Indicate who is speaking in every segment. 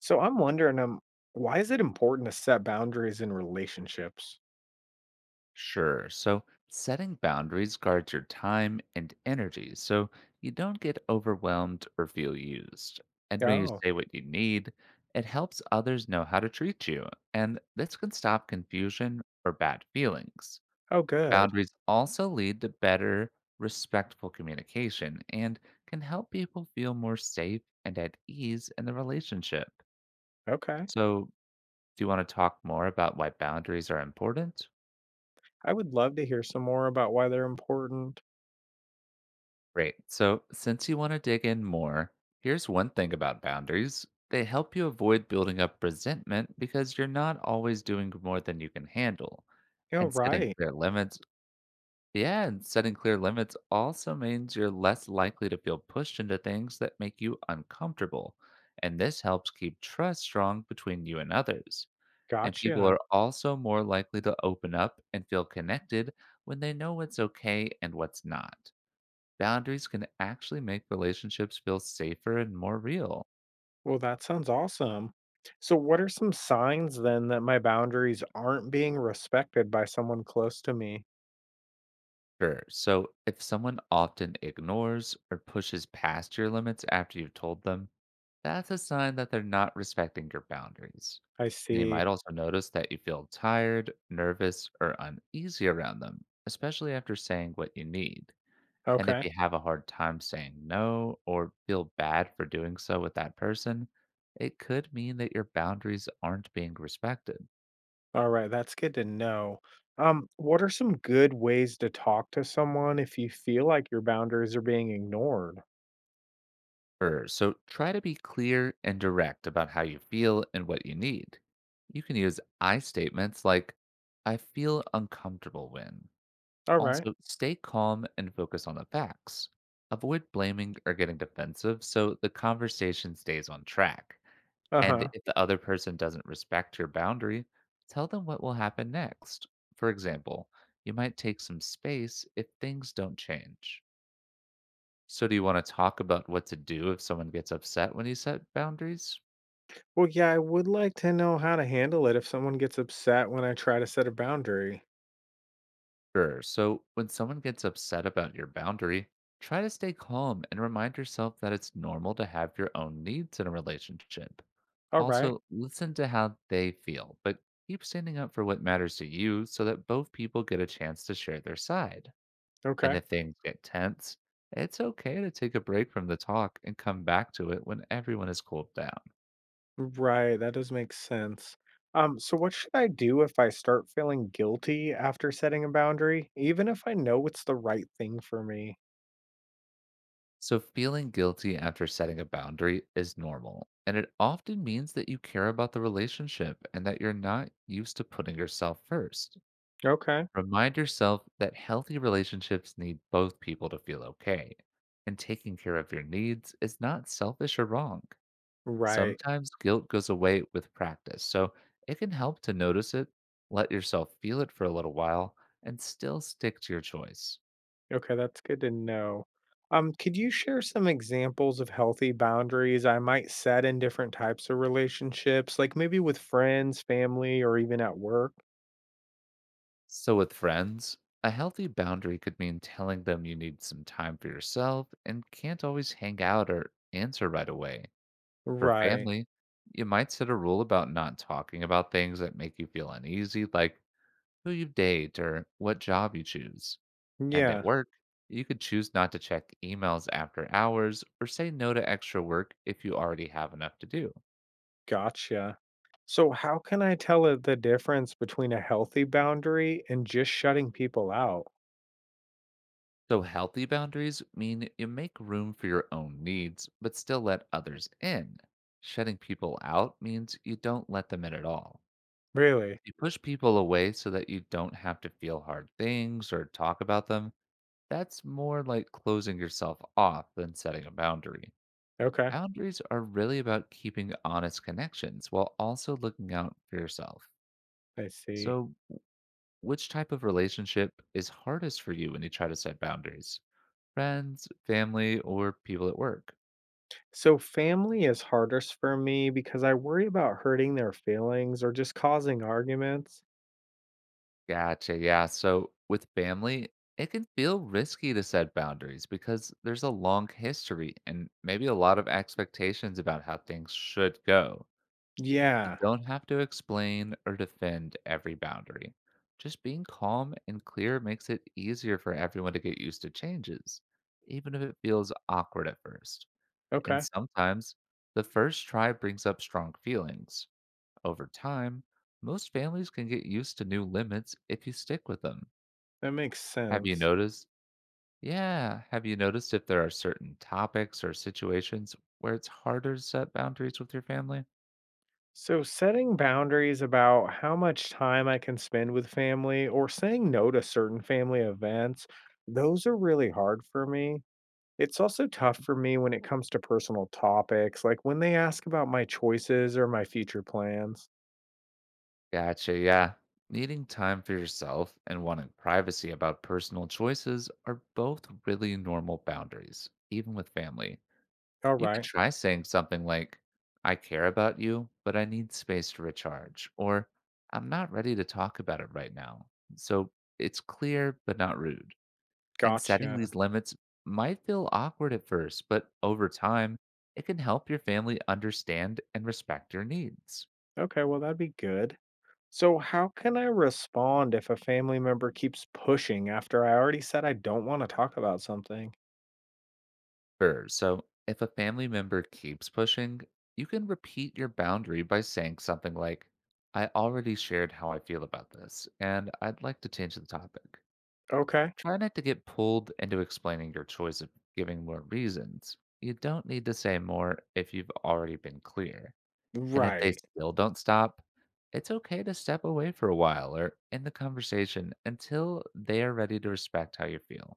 Speaker 1: So I'm wondering, why is it important to set boundaries in relationships?
Speaker 2: Sure. So, setting boundaries guards your time and energy so you don't get overwhelmed or feel used. And when you
Speaker 1: Oh.
Speaker 2: say what you need, it helps others know how to treat you. And this can stop confusion or bad feelings.
Speaker 1: Oh, good.
Speaker 2: Boundaries also lead to better, respectful communication and can help people feel more safe and at ease in the relationship.
Speaker 1: Okay.
Speaker 2: So, do you want to talk more about why boundaries are important?
Speaker 1: I would love to hear some more about why they're important.
Speaker 2: Great. So, since you want to dig in more, here's one thing about boundaries: they help you avoid building up resentment because you're not always doing more than you can handle.
Speaker 1: Oh,
Speaker 2: And setting
Speaker 1: right.
Speaker 2: clear limits, yeah, and setting clear limits also means you're less likely to feel pushed into things that make you uncomfortable. And this helps keep trust strong between you and others. And people
Speaker 1: Gotcha.
Speaker 2: are also more likely to open up and feel connected when they know what's okay and what's not. Boundaries can actually make relationships feel safer and more real.
Speaker 1: Well, that sounds awesome. So, what are some signs then that my boundaries aren't being respected by someone close to me?
Speaker 2: Sure. So, if someone often ignores or pushes past your limits after you've told them, that's a sign that they're not respecting your boundaries.
Speaker 1: I
Speaker 2: And you
Speaker 1: see.
Speaker 2: might also notice that you feel tired, nervous, or uneasy around them, especially after saying what you need. And if
Speaker 1: Okay.
Speaker 2: you have a hard time saying no or feel bad for doing so with that person, it could mean that your boundaries aren't being respected.
Speaker 1: All right. That's good to know. What are some good ways to talk to someone if you feel like your boundaries are being ignored?
Speaker 2: Sure. So try to be clear and direct about how you feel and what you need. You can use I statements like, "I feel uncomfortable when."
Speaker 1: All right.
Speaker 2: Also, stay calm and focus on the facts. Avoid blaming or getting defensive so the conversation stays on track.
Speaker 1: Uh
Speaker 2: And
Speaker 1: huh.
Speaker 2: if the other person doesn't respect your boundary, tell them what will happen next. For example, you might take some space if things don't change. So, do you want to talk about what to do if someone gets upset when you set boundaries?
Speaker 1: Well, yeah, I would like to know how to handle it if someone gets upset when I try to set a boundary.
Speaker 2: Sure. So, when someone gets upset about your boundary, try to stay calm and remind yourself that it's normal to have your own needs in a relationship.
Speaker 1: All right.
Speaker 2: Also, listen to how they feel, but keep standing up for what matters to you so that both people get a chance to share their side.
Speaker 1: Okay.
Speaker 2: And if things get tense, it's okay to take a break from the talk and come back to it when everyone has cooled down.
Speaker 1: Right. That does make sense. So what should I do if I start feeling guilty after setting a boundary, even if I know it's the right thing for me?
Speaker 2: So, feeling guilty after setting a boundary is normal, and it often means that you care about the relationship and that you're not used to putting yourself first.
Speaker 1: Okay.
Speaker 2: Remind yourself that healthy relationships need both people to feel okay, and taking care of your needs is not selfish or wrong.
Speaker 1: Right.
Speaker 2: Sometimes guilt goes away with practice, so it can help to notice it, let yourself feel it for a little while, and still stick to your choice.
Speaker 1: Okay, that's good to know. Could you share some examples of healthy boundaries I might set in different types of relationships, like maybe with friends, family, or even at work?
Speaker 2: So, with friends, a healthy boundary could mean telling them you need some time for yourself and can't always hang out or answer right away. For
Speaker 1: Right.
Speaker 2: family, you might set a rule about not talking about things that make you feel uneasy, like who you date or what job you choose. And at
Speaker 1: Yeah.
Speaker 2: work, you could choose not to check emails after hours or say no to extra work if you already have enough to do.
Speaker 1: Gotcha. So, how can I tell it the difference between a healthy boundary and just shutting people out?
Speaker 2: So, healthy boundaries mean you make room for your own needs, but still let others in. Shutting people out means you don't let them in at all.
Speaker 1: Really?
Speaker 2: If you push people away so that you don't have to feel hard things or talk about them, that's more like closing yourself off than setting a boundary.
Speaker 1: Okay,
Speaker 2: Boundaries are really about keeping honest connections while also looking out for yourself.
Speaker 1: I see.
Speaker 2: So, which type of relationship is hardest for you when you try to set boundaries? Friends, family, or people at work?
Speaker 1: So, family is hardest for me because I worry about hurting their feelings or just causing arguments.
Speaker 2: Gotcha. Yeah. So with family, it can feel risky to set boundaries because there's a long history and maybe a lot of expectations about how things should go. You
Speaker 1: Yeah,
Speaker 2: don't have to explain or defend every boundary. Just being calm and clear makes it easier for everyone to get used to changes, even if it feels awkward at first. And
Speaker 1: okay,
Speaker 2: sometimes the first try brings up strong feelings. Over time, most families can get used to new limits if you stick with them.
Speaker 1: that makes
Speaker 2: Have you
Speaker 1: sense.
Speaker 2: noticed? Yeah, have you noticed if there are certain topics or situations where it's harder to set boundaries with your family?
Speaker 1: So, setting boundaries about how much time I can spend with family or saying no to certain family events, those are really hard for me. It's also tough for me when it comes to personal topics, like when they ask about my choices or my future plans.
Speaker 2: Gotcha, yeah. Needing time for yourself and wanting privacy about personal choices are both really normal boundaries, even with family.
Speaker 1: All
Speaker 2: You could
Speaker 1: right,
Speaker 2: try saying something like, "I care about you, but I need space to recharge," or "I'm not ready to talk about it right now." So it's clear, but not rude. And setting these
Speaker 1: gotcha.
Speaker 2: limits might feel awkward at first, but over time, it can help your family understand and respect your needs.
Speaker 1: Okay, well, that'd be good. So, how can I respond if a family member keeps pushing after I already said I don't want to talk about something?
Speaker 2: Sure. So if a family member keeps pushing, you can repeat your boundary by saying something like, "I already shared how I feel about this, and I'd like to change the topic."
Speaker 1: Okay,
Speaker 2: Try not to get pulled into explaining your choice of giving more reasons. You don't need to say more if you've already been clear. And if they
Speaker 1: right.
Speaker 2: still don't stop, it's okay to step away for a while or end the conversation until they are ready to respect how you feel.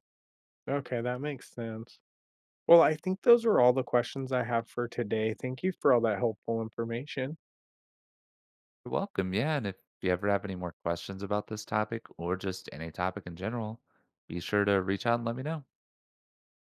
Speaker 1: Okay, that makes sense. Well, I think those are all the questions I have for today. Thank you for all that helpful information.
Speaker 2: You're welcome, yeah. And if you ever have any more questions about this topic or just any topic in general, be sure to reach out and let me know.